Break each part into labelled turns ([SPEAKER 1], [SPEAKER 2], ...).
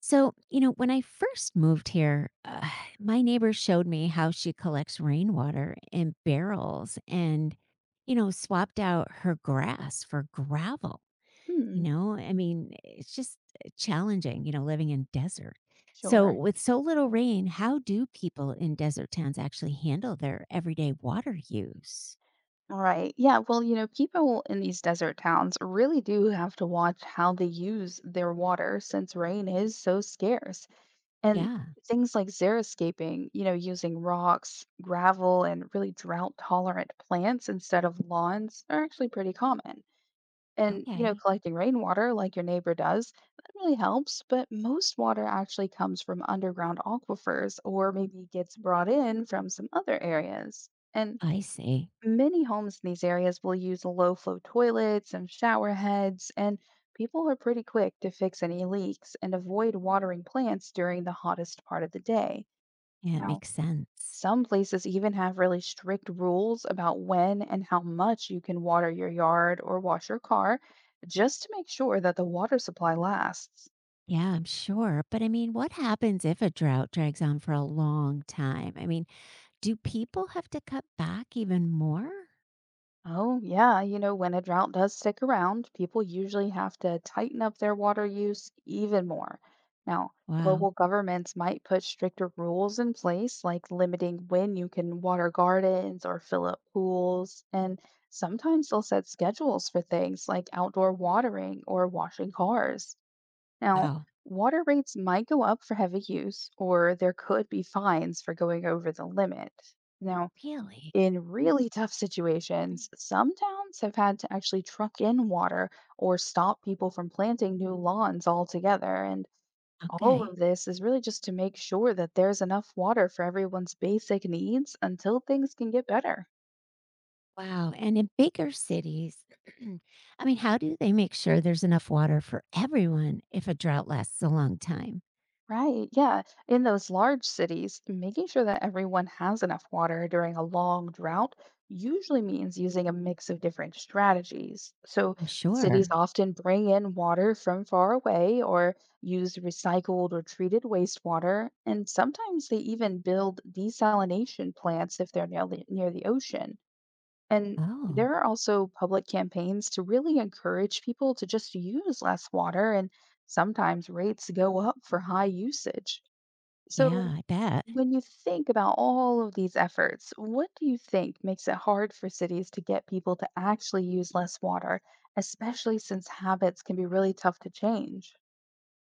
[SPEAKER 1] So, you know, when I first moved here, my neighbor showed me how she collects rainwater in barrels and, you know, swapped out her grass for gravel. You
[SPEAKER 2] Hmm.
[SPEAKER 1] know, I mean, it's just challenging, you know, living in desert. So,
[SPEAKER 2] Sure.
[SPEAKER 1] with so little rain, how do people in desert towns actually handle their everyday water use?
[SPEAKER 2] All right. Yeah. Well, you know, people in these desert towns really do have to watch how they use their water since rain is so scarce. And
[SPEAKER 1] Yeah.
[SPEAKER 2] things like xeriscaping, you know, using rocks, gravel, and really drought tolerant plants instead of lawns are actually pretty common. And
[SPEAKER 1] Okay.
[SPEAKER 2] collecting rainwater like your neighbor does, that really helps. But most water actually comes from underground aquifers or maybe gets brought in from some other areas. And
[SPEAKER 1] I see.
[SPEAKER 2] many homes in these areas will use low flow toilets and shower heads, and people are pretty quick to fix any leaks and avoid watering plants during the hottest part of the day.
[SPEAKER 1] Yeah, it
[SPEAKER 2] Now,
[SPEAKER 1] makes sense.
[SPEAKER 2] some places even have really strict rules about when and how much you can water your yard or wash your car just to make sure that the water supply lasts.
[SPEAKER 1] Yeah, I'm sure. But I mean, what happens if a drought drags on for a long time? I mean, do people have to cut back even more?
[SPEAKER 2] Oh, yeah. When a drought does stick around, people usually have to tighten up their water use even more. Now,
[SPEAKER 1] Wow.
[SPEAKER 2] local governments might put stricter rules in place, like limiting when you can water gardens or fill up pools. And sometimes they'll set schedules for things like outdoor watering or washing cars. Now,
[SPEAKER 1] Wow.
[SPEAKER 2] water rates might go up for heavy use, or there could be fines for going over the limit. Now,
[SPEAKER 1] Really?
[SPEAKER 2] in
[SPEAKER 1] Mm,
[SPEAKER 2] really tough
[SPEAKER 1] mm.
[SPEAKER 2] situations, some towns have had to actually truck in water or stop people from planting new lawns altogether. And all
[SPEAKER 1] Okay.
[SPEAKER 2] of this is really just to make sure that there's enough water for everyone's basic needs until things can get better.
[SPEAKER 1] Wow. And in bigger cities, I mean, how do they make sure there's enough water for everyone if a drought lasts a long time?
[SPEAKER 2] Right. Yeah. In those large cities, making sure that everyone has enough water during a long drought usually means using a mix of different strategies. So,
[SPEAKER 1] I'm
[SPEAKER 2] cities
[SPEAKER 1] sure.
[SPEAKER 2] often bring in water from far away or use recycled or treated wastewater. And sometimes they even build desalination plants if they're near the ocean. And
[SPEAKER 1] Oh,
[SPEAKER 2] there are also public campaigns to really encourage people to just use less water, and sometimes rates go up for high usage.
[SPEAKER 1] yeah,
[SPEAKER 2] So,
[SPEAKER 1] I bet.
[SPEAKER 2] when you think about all of these efforts, what do you think makes it hard for cities to get people to actually use less water, especially since habits can be really tough to change?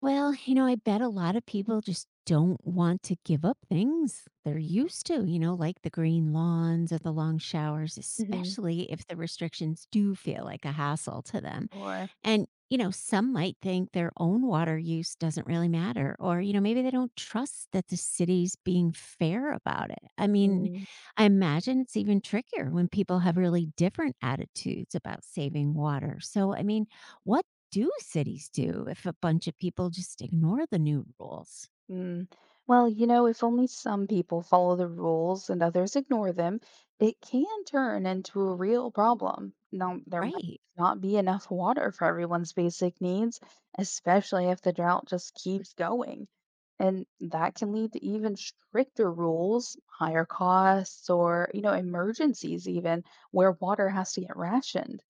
[SPEAKER 1] Well, you know, I bet a lot of people just don't want to give up things they're used to, you know, like the green lawns or the long showers,
[SPEAKER 2] Hmm.
[SPEAKER 1] especially if the restrictions do feel like a hassle to them.
[SPEAKER 2] Or,
[SPEAKER 1] And, you know, some might think their own water use doesn't really matter, or, you know, maybe they don't trust that the city's being fair about it. I mean, I imagine it's even trickier when people have really different attitudes about saving water. So, I mean, what do cities do if a bunch of people just ignore the new rules?
[SPEAKER 2] Mm. Well if only some people follow the rules and others ignore them, it can turn into a real problem. Now, there might
[SPEAKER 1] Right.
[SPEAKER 2] not be enough water for everyone's basic needs, especially if the drought just keeps going. And that can lead to even stricter rules, higher costs, or emergencies, even where water has to get rationed.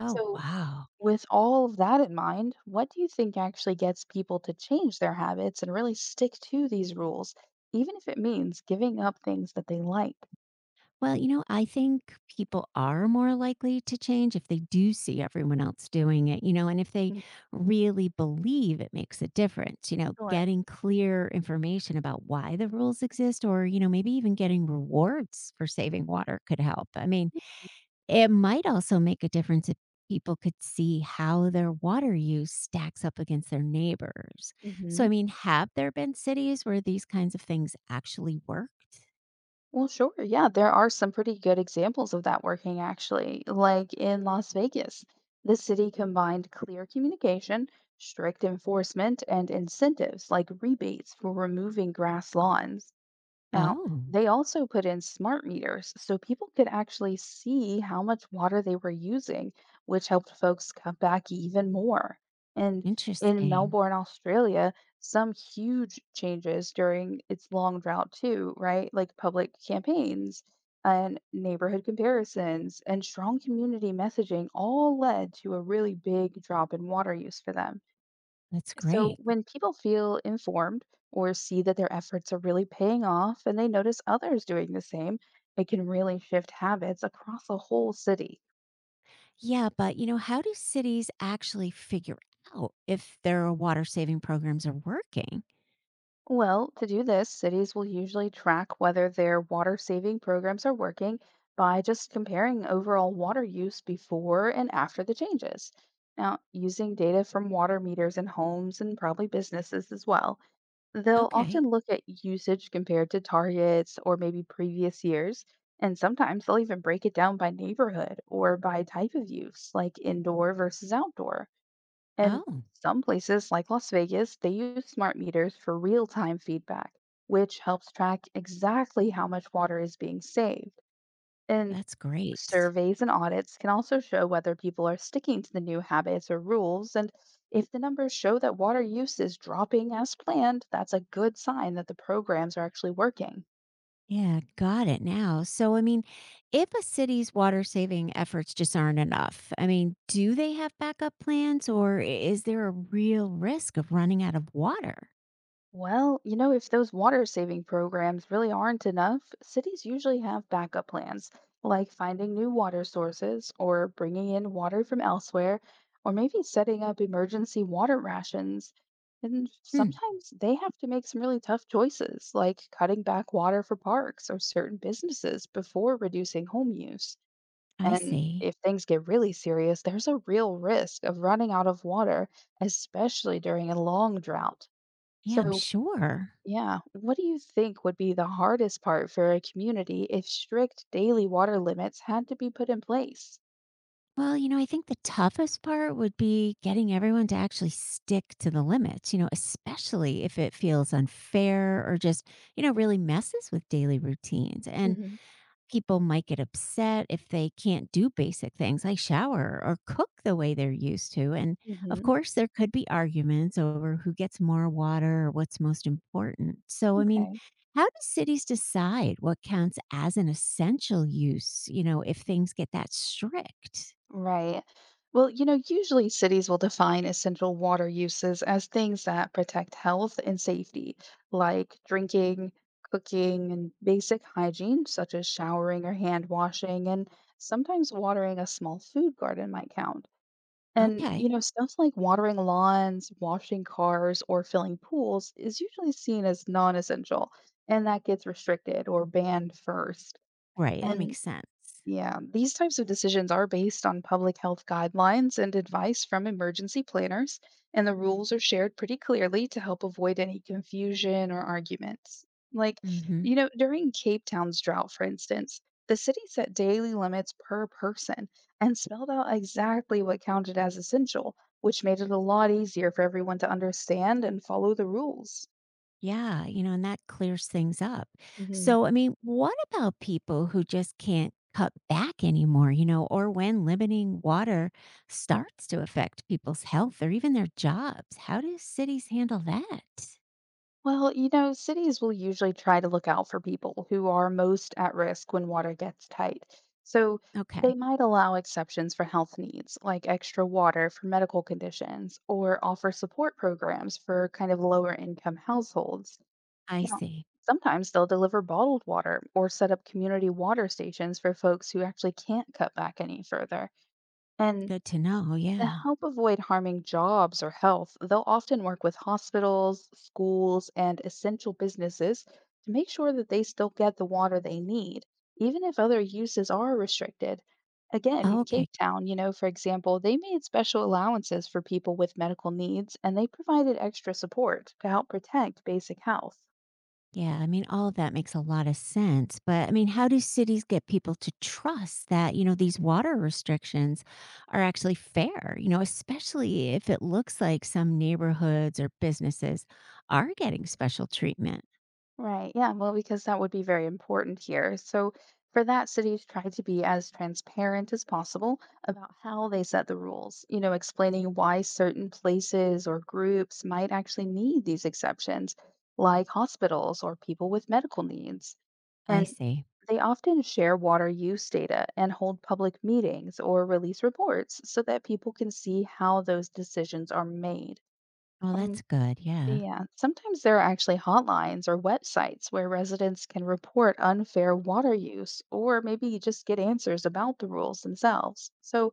[SPEAKER 1] Oh,
[SPEAKER 2] So,
[SPEAKER 1] wow.
[SPEAKER 2] with all of that in mind, what do you think actually gets people to change their habits and really stick to these rules, even if it means giving up things that they like?
[SPEAKER 1] Well, you know, I think people are more likely to change if they do see everyone else doing it, you know, and if they
[SPEAKER 2] Mm.
[SPEAKER 1] really believe it makes a difference, you know,
[SPEAKER 2] Sure.
[SPEAKER 1] getting clear information about why the rules exist or, you know, maybe even getting rewards for saving water could help. I mean, it might also make a difference if people could see how their water use stacks up against their neighbors. So,
[SPEAKER 2] Hmm.
[SPEAKER 1] I mean, have there been cities where these kinds of things actually worked?
[SPEAKER 2] Well, sure. Yeah, there are some pretty good examples of that working actually, like in Las Vegas. The city combined clear communication, strict enforcement, and incentives like rebates for removing grass lawns. Now,
[SPEAKER 1] Oh,
[SPEAKER 2] they also put in smart meters so people could actually see how much water they were using, which helped folks cut back even more. And in
[SPEAKER 1] interesting.
[SPEAKER 2] Melbourne, Australia, some huge changes during its long drought, too, right? Like public campaigns and neighborhood comparisons and strong community messaging all led to a really big drop in water use for them.
[SPEAKER 1] That's
[SPEAKER 2] So,
[SPEAKER 1] great.
[SPEAKER 2] when people feel informed or see that their efforts are really paying off and they notice others doing the same, it can really shift habits across a whole city.
[SPEAKER 1] Yeah, but you know, how do cities actually figure out if their water saving programs are working?
[SPEAKER 2] Well, to do this, cities will usually track whether their water saving programs are working by just comparing overall water use before and after the changes. Now, using data from water meters in homes and probably businesses as well. They'll
[SPEAKER 1] Okay.
[SPEAKER 2] often look at usage compared to targets or maybe previous years, and sometimes they'll even break it down by neighborhood or by type of use, like indoor versus outdoor. And
[SPEAKER 1] Oh,
[SPEAKER 2] some places, like Las Vegas, they use smart meters for real time feedback, which helps track exactly how much water is being saved. And
[SPEAKER 1] that's great.
[SPEAKER 2] surveys and audits can also show whether people are sticking to the new habits or rules, and if the numbers show that water use is dropping as planned, that's a good sign that the programs are actually working.
[SPEAKER 1] Yeah, got it now. So, I mean, if a city's water saving efforts just aren't enough, I mean, do they have backup plans or is there a real risk of running out of water?
[SPEAKER 2] Well if those water saving programs really aren't enough, cities usually have backup plans, like finding new water sources or bringing in water from elsewhere, or maybe setting up emergency water rations. And
[SPEAKER 1] Hmm,
[SPEAKER 2] sometimes they have to make some really tough choices, like cutting back water for parks or certain businesses before reducing home use.
[SPEAKER 1] I
[SPEAKER 2] And
[SPEAKER 1] see.
[SPEAKER 2] if things get really serious, there's a real risk of running out of water, especially during a long drought.
[SPEAKER 1] Yeah, I'm
[SPEAKER 2] So,
[SPEAKER 1] sure.
[SPEAKER 2] yeah. What do you think would be the hardest part for a community if strict daily water limits had to be put in place?
[SPEAKER 1] Well, you know, I think the toughest part would be getting everyone to actually stick to the limits, you know, especially if it feels unfair or just, you know, really messes with daily routines. And
[SPEAKER 2] Hmm.
[SPEAKER 1] people might get upset if they can't do basic things like shower or cook the way they're used to. And of
[SPEAKER 2] Hmm.
[SPEAKER 1] course, there could be arguments over who gets more water or what's most important. So, I mean,
[SPEAKER 2] Okay.
[SPEAKER 1] how do cities decide what counts as an essential use, you know, if things get that strict?
[SPEAKER 2] Right. Well, usually cities will define essential water uses as things that protect health and safety, like drinking, cooking, and basic hygiene, such as showering or hand washing, and sometimes watering a small food garden might count. And
[SPEAKER 1] Okay.
[SPEAKER 2] stuff like watering lawns, washing cars, or filling pools is usually seen as non essential, and that gets restricted or banned first.
[SPEAKER 1] Right. That
[SPEAKER 2] And
[SPEAKER 1] makes sense.
[SPEAKER 2] yeah, these types of decisions are based on public health guidelines and advice from emergency planners, and the rules are shared pretty clearly to help avoid any confusion or arguments. Like,
[SPEAKER 1] Hmm.
[SPEAKER 2] during Cape Town's drought, for instance, the city set daily limits per person and spelled out exactly what counted as essential, which made it a lot easier for everyone to understand and follow the rules.
[SPEAKER 1] Yeah. You know, and that clears things up.
[SPEAKER 2] Hmm.
[SPEAKER 1] So, I mean, what about people who just can't cut back anymore, you know, or when limiting water starts to affect people's health or even their jobs? How do cities handle that?
[SPEAKER 2] Well cities will usually try to look out for people who are most at risk when water gets tight. So they
[SPEAKER 1] Okay.
[SPEAKER 2] might allow exceptions for health needs, like extra water for medical conditions, or offer support programs for kind of lower income households.
[SPEAKER 1] I
[SPEAKER 2] Now,
[SPEAKER 1] see.
[SPEAKER 2] sometimes they'll deliver bottled water or set up community water stations for folks who actually can't cut back any further. And
[SPEAKER 1] Good to know.
[SPEAKER 2] to
[SPEAKER 1] Yeah.
[SPEAKER 2] help avoid harming jobs or health, they'll often work with hospitals, schools, and essential businesses to make sure that they still get the water they need, even if other uses are restricted. Again,
[SPEAKER 1] Okay.
[SPEAKER 2] Cape Town for example, they made special allowances for people with medical needs and they provided extra support to help protect basic health.
[SPEAKER 1] Yeah, I mean, all of that makes a lot of sense. But I mean, how do cities get people to trust that, you know, these water restrictions are actually fair, you know, especially if it looks like some neighborhoods or businesses are getting special treatment?
[SPEAKER 2] Right. Yeah. Well, because that would be very important here. So, for that, cities try to be as transparent as possible about how they set the rules explaining why certain places or groups might actually need these exceptions, like hospitals or people with medical needs.
[SPEAKER 1] I
[SPEAKER 2] And
[SPEAKER 1] see.
[SPEAKER 2] they often share water use data and hold public meetings or release reports so that people can see how those decisions are made.
[SPEAKER 1] Well, that's
[SPEAKER 2] And
[SPEAKER 1] good. Yeah.
[SPEAKER 2] yeah, sometimes there are actually hotlines or websites where residents can report unfair water use or maybe just get answers about the rules themselves. So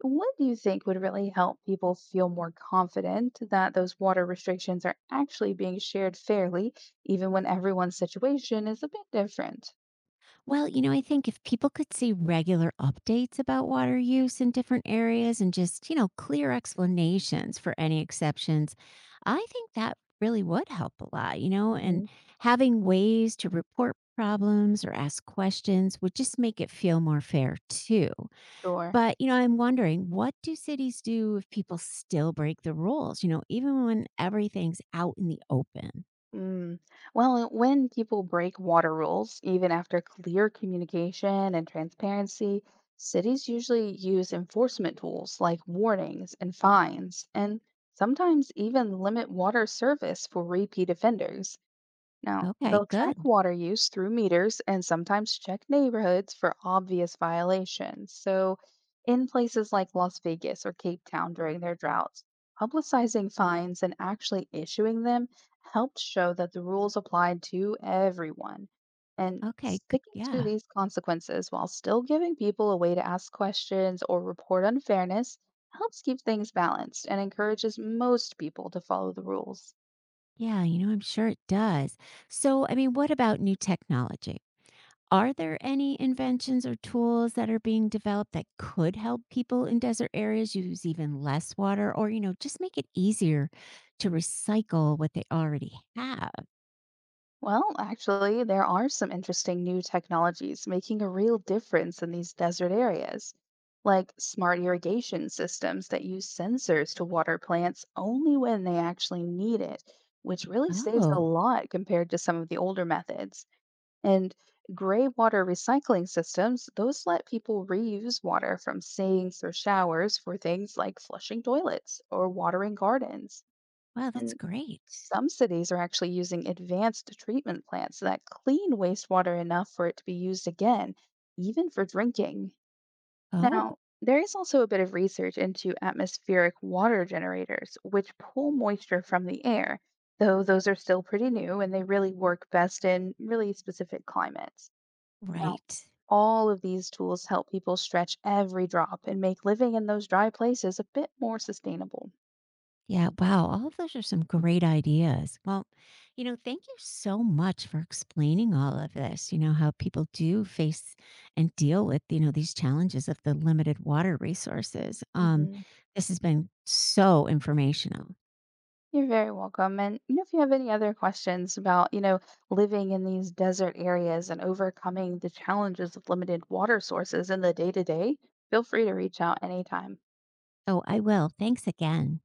[SPEAKER 2] what do you think would really help people feel more confident that those water restrictions are actually being shared fairly, even when everyone's situation is a bit different?
[SPEAKER 1] Well, you know, I think if people could see regular updates about water use in different areas and just, you know, clear explanations for any exceptions, I think that really would help a lot, you know, and
[SPEAKER 2] Hmm.
[SPEAKER 1] having ways to report problems or ask questions would just make it feel more fair too.
[SPEAKER 2] Sure.
[SPEAKER 1] But, you know, I'm wondering what do cities do if people still break the rules, you know, even when everything's out in the open?
[SPEAKER 2] Mm. Well, when people break water rules, even after clear communication and transparency, cities usually use enforcement tools like warnings and fines, and sometimes even limit water service for repeat offenders. Now,
[SPEAKER 1] Okay,
[SPEAKER 2] they'll track
[SPEAKER 1] good.
[SPEAKER 2] water use through meters and sometimes check neighborhoods for obvious violations. So, in places like Las Vegas or Cape Town during their droughts, publicizing fines and actually issuing them helped show that the rules applied to everyone. And
[SPEAKER 1] Okay, good.
[SPEAKER 2] sticking to
[SPEAKER 1] Yeah.
[SPEAKER 2] these consequences while still giving people a way to ask questions or report unfairness helps keep things balanced and encourages most people to follow the rules.
[SPEAKER 1] Yeah, you know, I'm sure it does. So, I mean, what about new technology? Are there any inventions or tools that are being developed that could help people in desert areas use even less water or, you know, just make it easier to recycle what they already have?
[SPEAKER 2] Well, actually, there are some interesting new technologies making a real difference in these desert areas, like smart irrigation systems that use sensors to water plants only when they actually need it, which really saves a
[SPEAKER 1] Oh,
[SPEAKER 2] lot compared to some of the older methods. And gray water recycling systems, those let people reuse water from sinks or showers for things like flushing toilets or watering gardens.
[SPEAKER 1] wow, that's
[SPEAKER 2] And
[SPEAKER 1] great.
[SPEAKER 2] some cities are actually using advanced treatment plants that clean wastewater enough for it to be used again, even for drinking.
[SPEAKER 1] Oh,
[SPEAKER 2] Now, there is also a bit of research into atmospheric water generators, which pull moisture from the air, though those are still pretty new and they really work best in really specific climates. Now,
[SPEAKER 1] right.
[SPEAKER 2] all of these tools help people stretch every drop and make living in those dry places a bit more sustainable.
[SPEAKER 1] Yeah, wow. All of those are some great ideas. Well, you know, thank you so much for explaining all of this. You know, how people do face and deal with, you know, these challenges of the limited water resources.
[SPEAKER 2] Mhm.
[SPEAKER 1] This has been so informational.
[SPEAKER 2] You're very welcome. And if you have any other questions about living in these desert areas and overcoming the challenges of limited water sources in the day to day, feel free to reach out anytime.
[SPEAKER 1] Oh, I will. Thanks again.